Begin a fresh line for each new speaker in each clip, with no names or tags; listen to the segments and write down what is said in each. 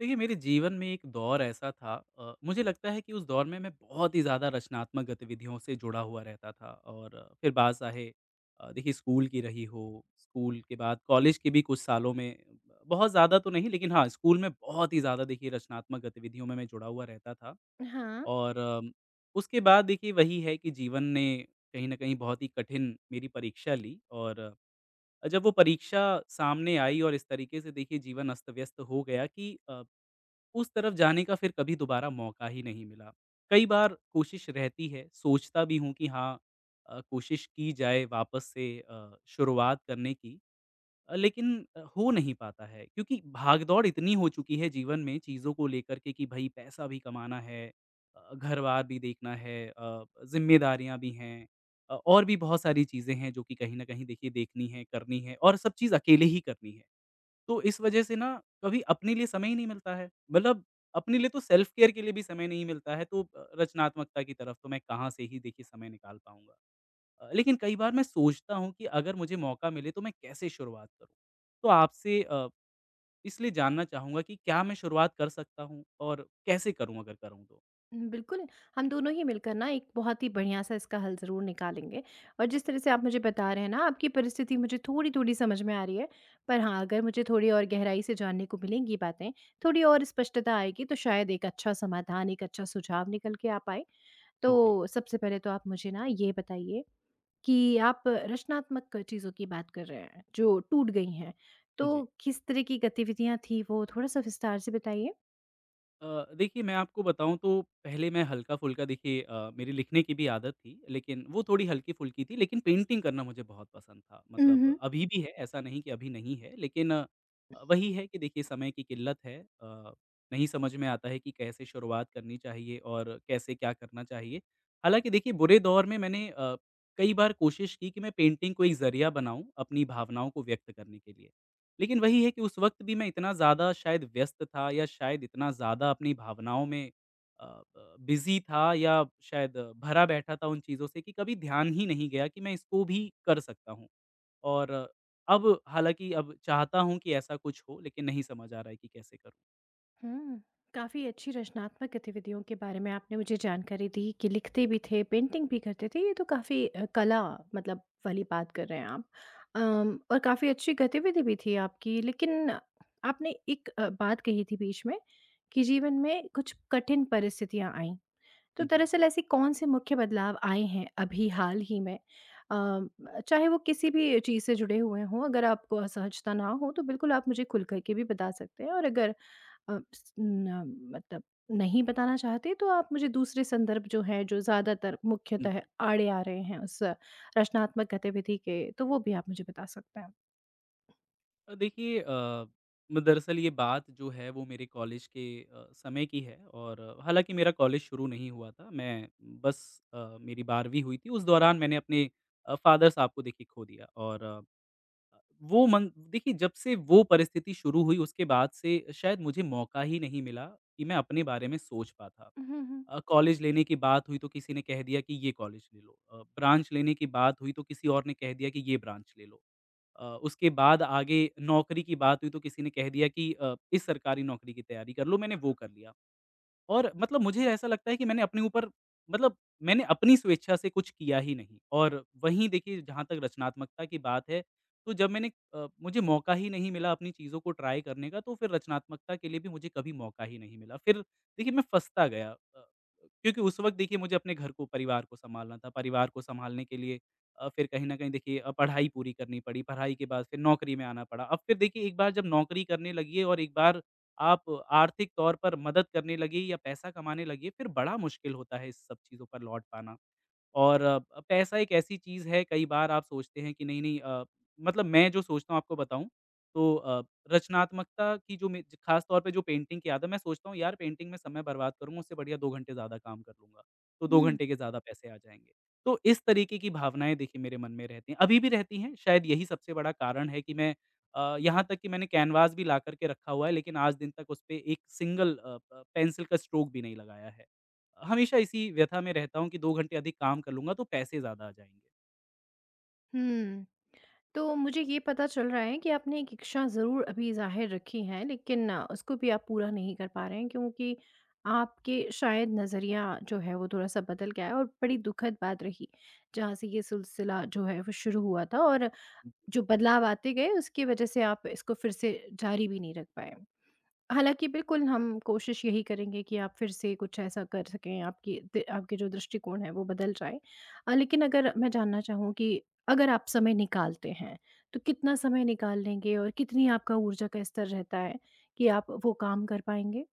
देखिए, मेरे जीवन में एक दौर ऐसा था। मुझे लगता है कि उस दौर में मैं बहुत ही ज़्यादा रचनात्मक गतिविधियों से जुड़ा हुआ रहता था और फिर बात चाहे देखिए स्कूल की रही हो, स्कूल के बाद कॉलेज के भी कुछ सालों में बहुत ज़्यादा तो नहीं लेकिन हाँ, स्कूल में बहुत ही ज़्यादा देखिए रचनात्मक गतिविधियों में मैं जुड़ा हुआ रहता था
हाँ,
और उसके बाद देखिए वही है कि जीवन ने कहीं न कहीं बहुत ही कठिन मेरी परीक्षा ली और जब वो परीक्षा सामने आई और इस तरीके से देखिए जीवन अस्त-व्यस्त हो गया कि उस तरफ जाने का फिर कभी दोबारा मौका ही नहीं मिला। कई बार कोशिश रहती है, सोचता भी हूँ कि हाँ, कोशिश की जाए वापस से शुरुआत करने की, लेकिन हो नहीं पाता है क्योंकि भाग-दौड़ इतनी हो चुकी है जीवन में चीज़ों को लेकर के कि भई पैसा भी कमाना है, घर-बार भी देखना है, ज़िम्मेदारियाँ भी हैं, और भी बहुत सारी चीज़ें हैं जो कि कहीं न कहीं देखिए देखनी है, करनी है और सब चीज़ अकेले ही करनी है। तो इस वजह से ना कभी अपने लिए समय ही नहीं मिलता है। मतलब अपने लिए तो सेल्फ केयर के लिए भी समय नहीं मिलता है, तो रचनात्मकता की तरफ तो मैं कहाँ से ही देखिए समय निकाल पाऊँगा। लेकिन कई बार मैं सोचता हूँ कि अगर मुझे मौका मिले तो मैं कैसे शुरुआत करूँ? तो आपसे इसलिए जानना चाहूँगा कि क्या मैं शुरुआत कर सकता हूँ और कैसे करूँ अगर करूँ तो?
बिल्कुल, हम दोनों ही मिलकर ना एक बहुत ही बढ़िया-सा इसका हल ज़रूर निकालेंगे। और जिस तरह से आप मुझे बता रहे हैं ना, आपकी परिस्थिति मुझे थोड़ी-थोड़ी समझ में आ रही है। पर हाँ, अगर मुझे थोड़ी और गहराई से जानने को मिलेंगी बातें, थोड़ी और स्पष्टता आएगी, तो शायद एक अच्छा समाधान, एक अच्छा सुझाव निकल के आ पाए।
जी,
तो सबसे पहले तो आप मुझे ना ये बताइए कि आप रचनात्मक चीज़ों की बात कर रहे हैं, जो टूट गई हैं, तो
जी।
किस तरह की गतिविधियाँ थी वो? थोड़ा-सा विस्तार से बताइए।
देखिए मैं आपको बताऊँ तो पहले मैं हल्का-फुल्का देखिए मेरी लिखने की भी आदत थी, लेकिन वो थोड़ी हल्की-फुल्की थी लेकिन पेंटिंग करना मुझे बहुत पसंद था। मतलब अभी भी है, ऐसा नहीं कि अभी नहीं है लेकिन वही है कि देखिए समय की किल्लत है। नहीं समझ में आता है कि कैसे शुरुआत करनी चाहिए और कैसे क्या करना चाहिए। हालाँकि देखिए बुरे दौर में मैंने कई बार कोशिश की कि मैं पेंटिंग को एक ज़रिया बनाऊँ अपनी भावनाओं को व्यक्त करने के लिए। लेकिन वही है कि उस वक़्त भी मैं इतना ज़्यादा शायद व्यस्त था या शायद इतना ज़्यादा अपनी भावनाओं में अ, ब बिज़ी था या शायद भरा बैठा था उन चीज़ों से कि कभी ध्यान ही नहीं गया कि मैं इसको भी कर सकता हूँ। और अब हालाँकि अब चाहता हूँ कि ऐसा कुछ हो लेकिन नहीं समझ आ रहा है कि कैसे करूँ?
हुँ। काफ़ी अच्छी रचनात्मक गतिविधियों के बारे में आपने मुझे जानकारी दी कि लिखते भी थे, पेंटिंग भी करते थे। ये तो काफ़ी कला मतलब वाली बात कर रहे हैं आप। और काफ़ी अच्छी गतिविधि भी थी आपकी। लेकिन आपने एक बात कही थी बीच में कि जीवन में कुछ कठिन परिस्थितियाँ आईं। तो
जी।
दरअसल ऐसे कौन-से मुख्य बदलाव आए हैं अभी हाल ही में? अम, चाहे वो किसी भी चीज़ से जुड़े हुए हों, अगर आपको असहजता ना हो तो बिल्कुल आप मुझे खुल कर के भी बता सकते हैं। और अगर अ, स न मतलब नहीं बताना चाहते तो आप मुझे दूसरे संदर्भ जो हैं, जो ज़्यादातर मुख्यतः आड़े आ रहे हैं उस रचनात्मक गतिविधि के, तो वो भी आप मुझे बता सकते हैं।
देखिए अ, म दरअसल ये बात जो है वो मेरे कॉलेज के समय की है और हालाँकि मेरा कॉलेज शुरू नहीं हुआ था। मैं बस मेरी 12वीं हुई थी, उस दौरान मैंने अपने फ़ादर साहब को देखिए खो दिया और वो मन देखिए जब से वो परिस्थिति शुरू हुई उसके बाद से शायद मुझे मौका ही नहीं मिला कि मैं अपने बारे में सोच पाता।
हुँ, हुँ।
कॉलेज लेने की बात हुई तो किसी ने कह दिया कि ये कॉलेज ले लो। ब्रांच लेने की बात हुई तो किसी और ने कह दिया कि ये ब्रांच ले लो। उसके बाद आगे नौकरी की बात हुई तो किसी ने कह दिया कि इस सरकारी नौकरी की तैयारी कर लो, मैंने वो कर लिया। और मतलब मुझे ऐसा लगता है कि मैंने अपने ऊपर मतलब मैंने अपनी स्वेच्छा से कुछ किया ही नहीं और वहीं देखिए जहाँ तक रचनात्मकता की बात है, तो जब मैंने मुझे मौका ही नहीं मिला अपनी चीज़ों को ट्राई करने का, तो फिर रचनात्मकता के लिए भी मुझे कभी मौका ही नहीं मिला। फिर देखिए मैं फँसता गया, क्योंकि उस वक़्त देखिए मुझे अपने घर को, परिवार को सँभालना था। परिवार को सँभालने के लिए फिर कहीं न कहीं देखिए पढ़ाई पूरी करनी पड़ी। पढ़ाई के बाद फिर नौकरी में आना पड़ा। अब फिर देखिए एक बार जब नौकरी करने लगिए और एक बार आप आर्थिक तौर पर मदद करने लगे या पैसा कमाने लगे, फिर बड़ा मुश्किल होता है इस सब चीज़ों पर लौट पाना। और पैसा एक ऐसी चीज़ है कई बार आप सोचते हैं कि नहीं, नहीं, मतलब मैं जो सोचता हूँ आपको बताऊँ तो रचनात्मकता की जो मे ख़ास तौर पे जो पेंटिंग की आदत, मैं सोचता हूँ यार पेंटिंग में समय बर्बाद करूँगा उससे बढ़िया 2 घंटे ज़्यादा काम कर लूँगा, तो 2
हुँ,
घंटे के ज़्यादा पैसे आ जाएँगे। तो इस तरीके की भावनाएँ देखिए मेरे मन में रहती हैं, अभी भी रहती हैं, शायद यही सबसे बड़ा कारण है कि मैं यहाँ तक कि मैंने कैनवास भी ला कर के रखा हुआ है लेकिन आज दिन तक उस पे एक सिंगल अ, प पेंसिल का स्ट्रोक भी नहीं लगाया है। हमेशा इसी व्यथा में रहता हूँ कि 2 घंटे अधिक काम कर लूँगा तो पैसे ज़्यादा आ जाएँगे।
हुँ। तो मुझे ये पता चल रहा है कि आपने एक इच्छा ज़रूर अभी ज़ाहिर रखी है, लेकिन उसको भी आप पूरा नहीं कर पा रहे हैं, क्योंकि आपके शायद नज़रिया जो है वो थोड़ा-सा बदल गया है, और बड़ी दुखद बात रही, जहाँ से ये सिलसिला जो है वो शुरू हुआ था और जो बदलाव आते गए उसकी वजह से आप इसको फिर से जारी भी नहीं रख पाए। हालाँकि बिल्कुल हम कोशिश यही करेंगे कि आप फिर से कुछ ऐसा कर सकें, आपकी दि आपके जो दृष्टिकोण है वो बदल जाए। लेकिन अगर मैं जानना चाहूँ कि अगर आप समय निकालते हैं, तो कितना समय निकाल लेंगे और कितनी आपका ऊर्जा का स्तर रहता है कि आप वो काम कर पाएँगे?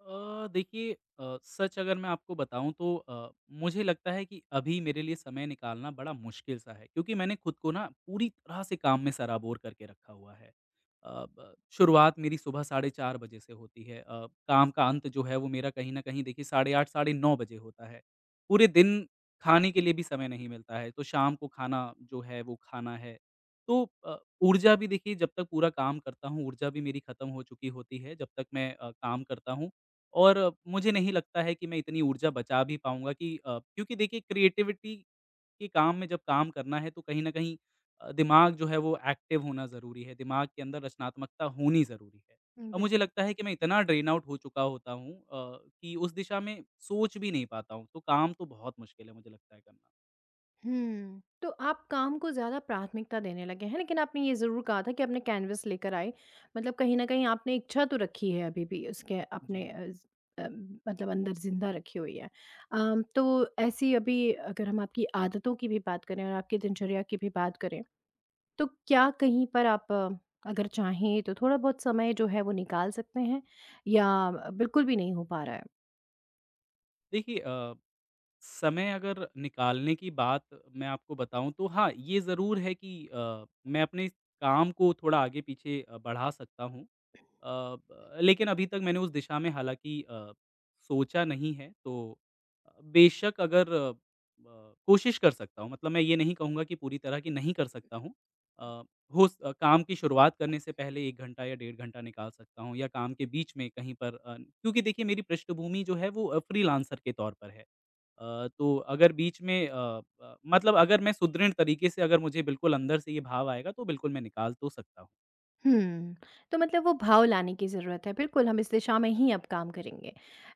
देखिए, सच अगर मैं आपको बताऊँ तो मुझे लगता है कि अभी मेरे लिए समय निकालना बड़ा मुश्किल सा है क्योंकि मैंने खुद को ना पूरी तरह से काम में सराबोर करके रखा हुआ है। अ, ब शुरुआत मेरी सुबह साढ़े 4 बजे से होती है। काम का अंत जो है वो मेरा कहीं न कहीं देखिए साढ़े 8 साढ़े 9 बजे होता है। पूरे दिन खाने के लिए भी समय नहीं मिलता है, तो शाम को खाना जो है वो खाना है। तो ऊर्जा भी देखिए जब तक पूरा काम करता हूँ, ऊर्जा भी मेरी खत्म हो चुकी होती है जब तक मैं काम करता हूँ। और मुझे नहीं लगता है कि मैं इतनी ऊर्जा बचा भी पाऊँगा कि क्योंकि देखिए क्रिएटिविटी के काम में जब काम करना है तो कहीं न कहीं दिमाग जो है वो एक्टिव होना ज़रूरी है, दिमाग के अंदर रचनात्मकता होनी ज़रूरी है। और मुझे लगता है कि मैं इतना ड्रेन आउट हो चुका होता हूँ कि उस दिशा में सोच भी नहीं पाता हूँ, तो काम तो बहुत मुश्किल है मुझे लगता है करना।
हुँ। तो आप काम को ज़्यादा प्राथमिकता देने लगे हैं, लेकिन आपने ये ज़रूर कहा था कि अपने कैनवस लेकर आए। मतलब कहीं न कहीं आपने इच्छा तो रखी है अभी भी, उसके अपने
जी।
अ, मतलब अंदर ज़िंदा रखी हुई है। तो ऐसी अभी अगर हम आपकी आदतों की भी बात करें और आपकी दिनचर्या की भी बात करें, तो क्या कहीं पर आप अगर चाहें तो थोड़ा-बहुत समय जो है वो निकाल सकते हैं, या बिल्कुल भी नहीं हो पा रहा है?
देखिए, समय अगर निकालने की बात मैं आपको बताऊँ तो हाँ, ये ज़रूर है कि मैं अपने काम को थोड़ा आगे-पीछे बढ़ा सकता हूँ। अ, ब लेकिन अभी तक मैंने उस दिशा में हालाँकि सोचा नहीं है, तो बेशक अगर कोशिश कर सकता हूँ, मतलब मैं ये नहीं कहूँगा कि पूरी तरह की नहीं कर सकता हूँ। अ, काम की शुरुआत करने से पहले 1 घंटा या डेढ़ घंटा निकाल सकता हूँ या काम के बीच में कहीं पर, क्योंकि देखिए मेरी पृष्ठभूमि जो है वो फ्रीलांसर के तौर पर है। तो अगर बीच में मतलब अगर मैं सुदृढ़ तरीके से, अगर मुझे बिल्कुल अंदर से ये भाव आएगा तो बिल्कुल मैं निकाल तो सकता हूँ।
हुँ। तो मतलब वो भाव लाने की ज़रूरत है। बिल्कुल, हम इस दिशा में ही अब काम करेंगे।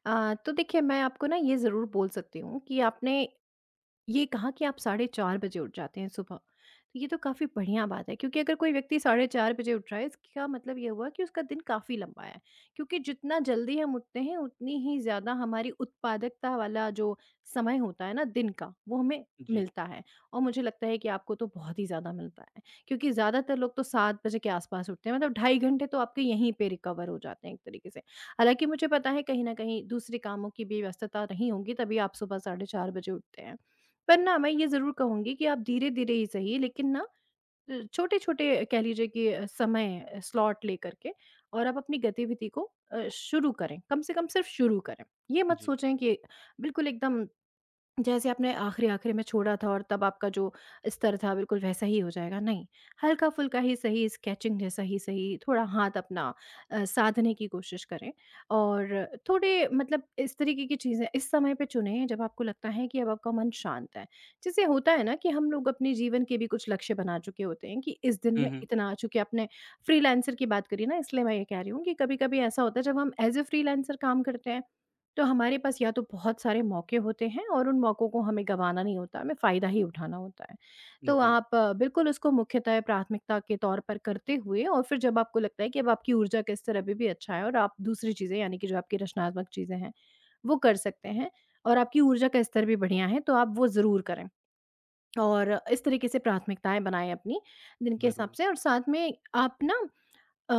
तो देखिए मैं आपको ना ये ज़रूर बोल सकती हूँ कि आपने ये कहा कि आप साढ़े 4 बजे उठ जाते हैं सुबह। तो ये तो काफ़ी बढ़िया बात है, क्योंकि अगर कोई व्यक्ति साढ़े 4 बजे उठ रहा है इसका मतलब ये हुआ कि उसका दिन काफ़ी लंबा है। क्योंकि जितना जल्दी हम उठते हैं उतनी ही ज़्यादा हमारी उत्पादकता वाला जो समय होता है ना दिन का वो हमें
जी,
मिलता है, और मुझे लगता है कि आपको तो बहुत ही ज़्यादा मिलता है। क्योंकि ज़्यादातर लोग तो 7 बजे के आस-पास उठते हैं, मतलब 2.5 घंटे तो आपके यहीं पे रिकवर हो जाते हैं एक तरीके से। हालाँकि मुझे पता है कहीं न कहीं दूसरे कामों की भी व्यस्तता नहीं होगी, तभी आप सुबह साढ़े 4 बजे उठते हैं। पर ना मैं ये ज़रूर कहूँगी कि आप धीरे-धीरे ही सही, लेकिन ना छोटे-छोटे कह लीजिए कि समय स्लॉट लेकर के और आप अपनी गतिविधि को शुरू करें, कम से कम सिर्फ़ शुरू करें। ये मत
जी।
सोचें कि बिल्कुल एकदम जैसे आपने आखिरी-आखिरी में छोड़ा था और तब आपका जो स्तर था बिल्कुल वैसा ही हो जाएगा, नहीं। हल्का-फुल्का ही सही, स्केचिंग जैसा ही सही, थोड़ा हाथ अपना साधने की कोशिश करें, और थोड़े मतलब इस तरीके की चीज़ें इस समय पे चुनें जब आपको लगता है कि अब आपका मन शांत है। जैसे होता है ना कि हम लोग अपने जीवन के भी कुछ लक्ष्य बना चुके होते हैं कि इस दिन
हुँ,
में
हुँ।
इतना, चूँकि आपने फ्रीलांसर की बात करी ना, इसलिए मैं ये कह रही हूँ कि कभी-कभी ऐसा होता है जब हम एज़ अ फ्रीलांसर काम करते हैं, तो हमारे पास या तो बहुत सारे मौके होते हैं और उन मौक़ों को हमें गँवाना नहीं होता, हमें फ़ायदा ही उठाना होता है। तो
जी,
आप बिल्कुल उसको मुख्यतः प्राथमिकता के तौर पर करते हुए, और फिर जब आपको लगता है कि अब आपकी ऊर्जा का स्तर अभी भी अच्छा है और आप दूसरी चीज़ें यानी कि जो आपकी रचनात्मक चीज़ें हैं, वो कर सकते हैं और आपकी ऊर्जा का स्तर भी बढ़िया है, तो आप वो ज़रूर करें। और इस तरीके से प्राथमिकताएँ बनाएँ अपनी दिन के हिसाब
ज़रूर।
से, और साथ में आप ना अ,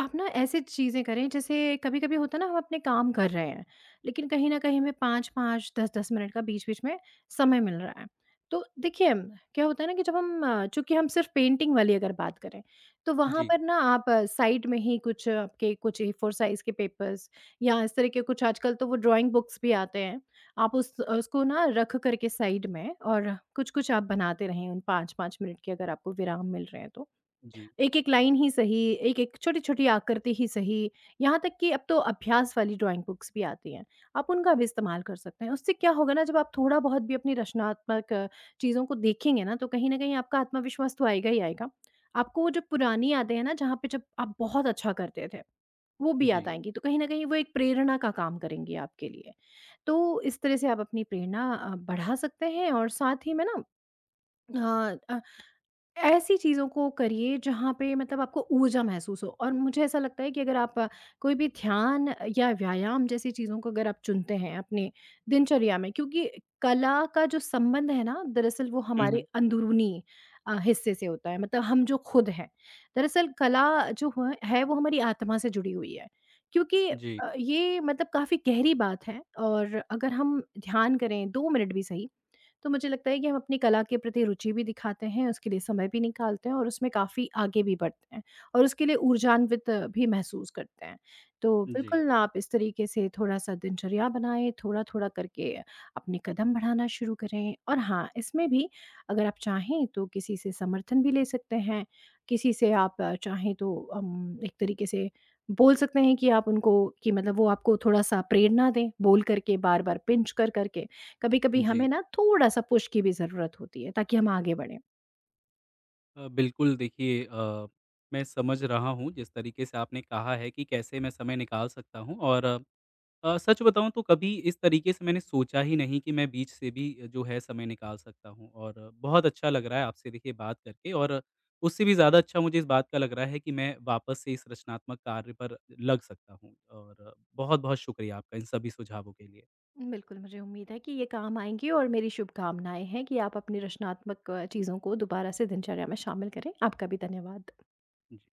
आप ना ऐसी चीज़ें करें, जैसे कभी-कभी होता है ना, हम अपने काम कर रहे हैं, लेकिन कहीं न कहीं हमें 5-5, 10-10 मिनट का बीच-बीच में समय मिल रहा है। तो देखिए क्या होता है ना कि जब हम, चूँकि हम सिर्फ़ पेंटिंग वाली अगर बात करें, तो वहाँ
जी।
पर ना आप साइड में ही कुछ आपके कुछ ए फोर साइज़ के पेपर्स या इस तरह के कुछ, आजकल तो वो ड्राइंग बुक्स भी आते हैं। आप उस उसको ना रख कर के साइड में, और कुछ-कुछ आप बनाते रहें उन 5-5 मिनट के अगर आपको विराम मिल रहे हैं तो।
जी,
एक-एक लाइन ही सही, एक-एक छोटी-छोटी आकृति ही सही, यहाँ तक कि अब तो अभ्यास वाली ड्राइंग बुक्स भी आती हैं, आप उनका भी इस्तेमाल कर सकते हैं। उससे क्या होगा ना, जब आप थोड़ा बहुत भी अपनी रचनात्मक चीज़ों को देखेंगे ना, तो कहीं न कहीं आपका आत्मविश्वास तो आएगा ही आएगा। आपको वो जो पुरानी यादें हैं ना, जहाँ पे जब आप बहुत अच्छा करते थे, वो भी याद
जी।
आएँगी, तो कहीं न कहीं वो एक प्रेरणा का काम करेंगी आपके लिए। तो इस तरह से आप अपनी प्रेरणा बढ़ा सकते हैं, और साथ ही में ना अ ऐसी चीज़ों को करिए जहाँ पे मतलब आपको ऊर्जा महसूस हो, और मुझे ऐसा लगता है कि अगर आप कोई भी ध्यान या व्यायाम जैसी चीज़ों को अगर आप चुनते हैं अपने दिनचर्या में, क्योंकि कला का जो संबंध है ना दरअसल वो
हुँ,
हमारे
हुँ।
अंदरूनी हिस्से से होता है, मतलब हम जो खुद हैं, दरअसल कला जो है वो हमारी आत्मा से जुड़ी हुई है, क्योंकि
जी,
ये मतलब काफ़ी गहरी बात है। और अगर हम ध्यान करें 2 मिनट भी सही, तो मुझे लगता है कि हम अपनी कला के प्रति रुचि भी दिखाते हैं, उसके लिए समय भी निकालते हैं और उसमें काफ़ी आगे भी बढ़ते हैं, और उसके लिए ऊर्जान्वित भी महसूस करते हैं। तो बिल्कुल
जी,
ना, आप इस तरीके से थोड़ा-सा दिनचर्या बनाएँ, थोड़ा-थोड़ा करके अपने कदम बढ़ाना शुरू करें, और हाँ, इसमें भी अगर आप चाहें तो किसी से समर्थन भी ले सकते हैं। किसी से आप चाहें तो एक तरीके से बोल सकते हैं कि आप उनको, कि मतलब वो आपको थोड़ा-सा प्रेरणा दें, बोल कर के, बार-बार पिंच कर कर के। कभी-कभी
जी।
हमें ना थोड़ा-सा पुश की भी ज़रूरत होती है, ताकि हम आगे बढ़ें।
बिल्कुल देखिए, मैं समझ रहा हूँ जिस तरीके से आपने कहा है कि कैसे मैं समय निकाल सकता हूँ और सच बताऊँ तो कभी इस तरीके से मैंने सोचा ही नहीं कि मैं बीच से भी जो है समय निकाल सकता हूँ और बहुत अच्छा लग रहा है आपसे देखिए बात करके और उससे भी ज़्यादा अच्छा मुझे इस बात का लग रहा है कि मैं वापस से इस रचनात्मक कार्य पर लग सकता हूँ और बहुत बहुत शुक्रिया आपका इन सभी सुझावों के लिए।
बिल्कुल, मुझे उम्मीद है कि ये काम आएँगी और मेरी शुभकामनाएँ हैं कि आप अपनी रचनात्मक चीज़ों को दोबारा से दिनचर्या में शामिल करें। आपका भी धन्यवाद।
जी।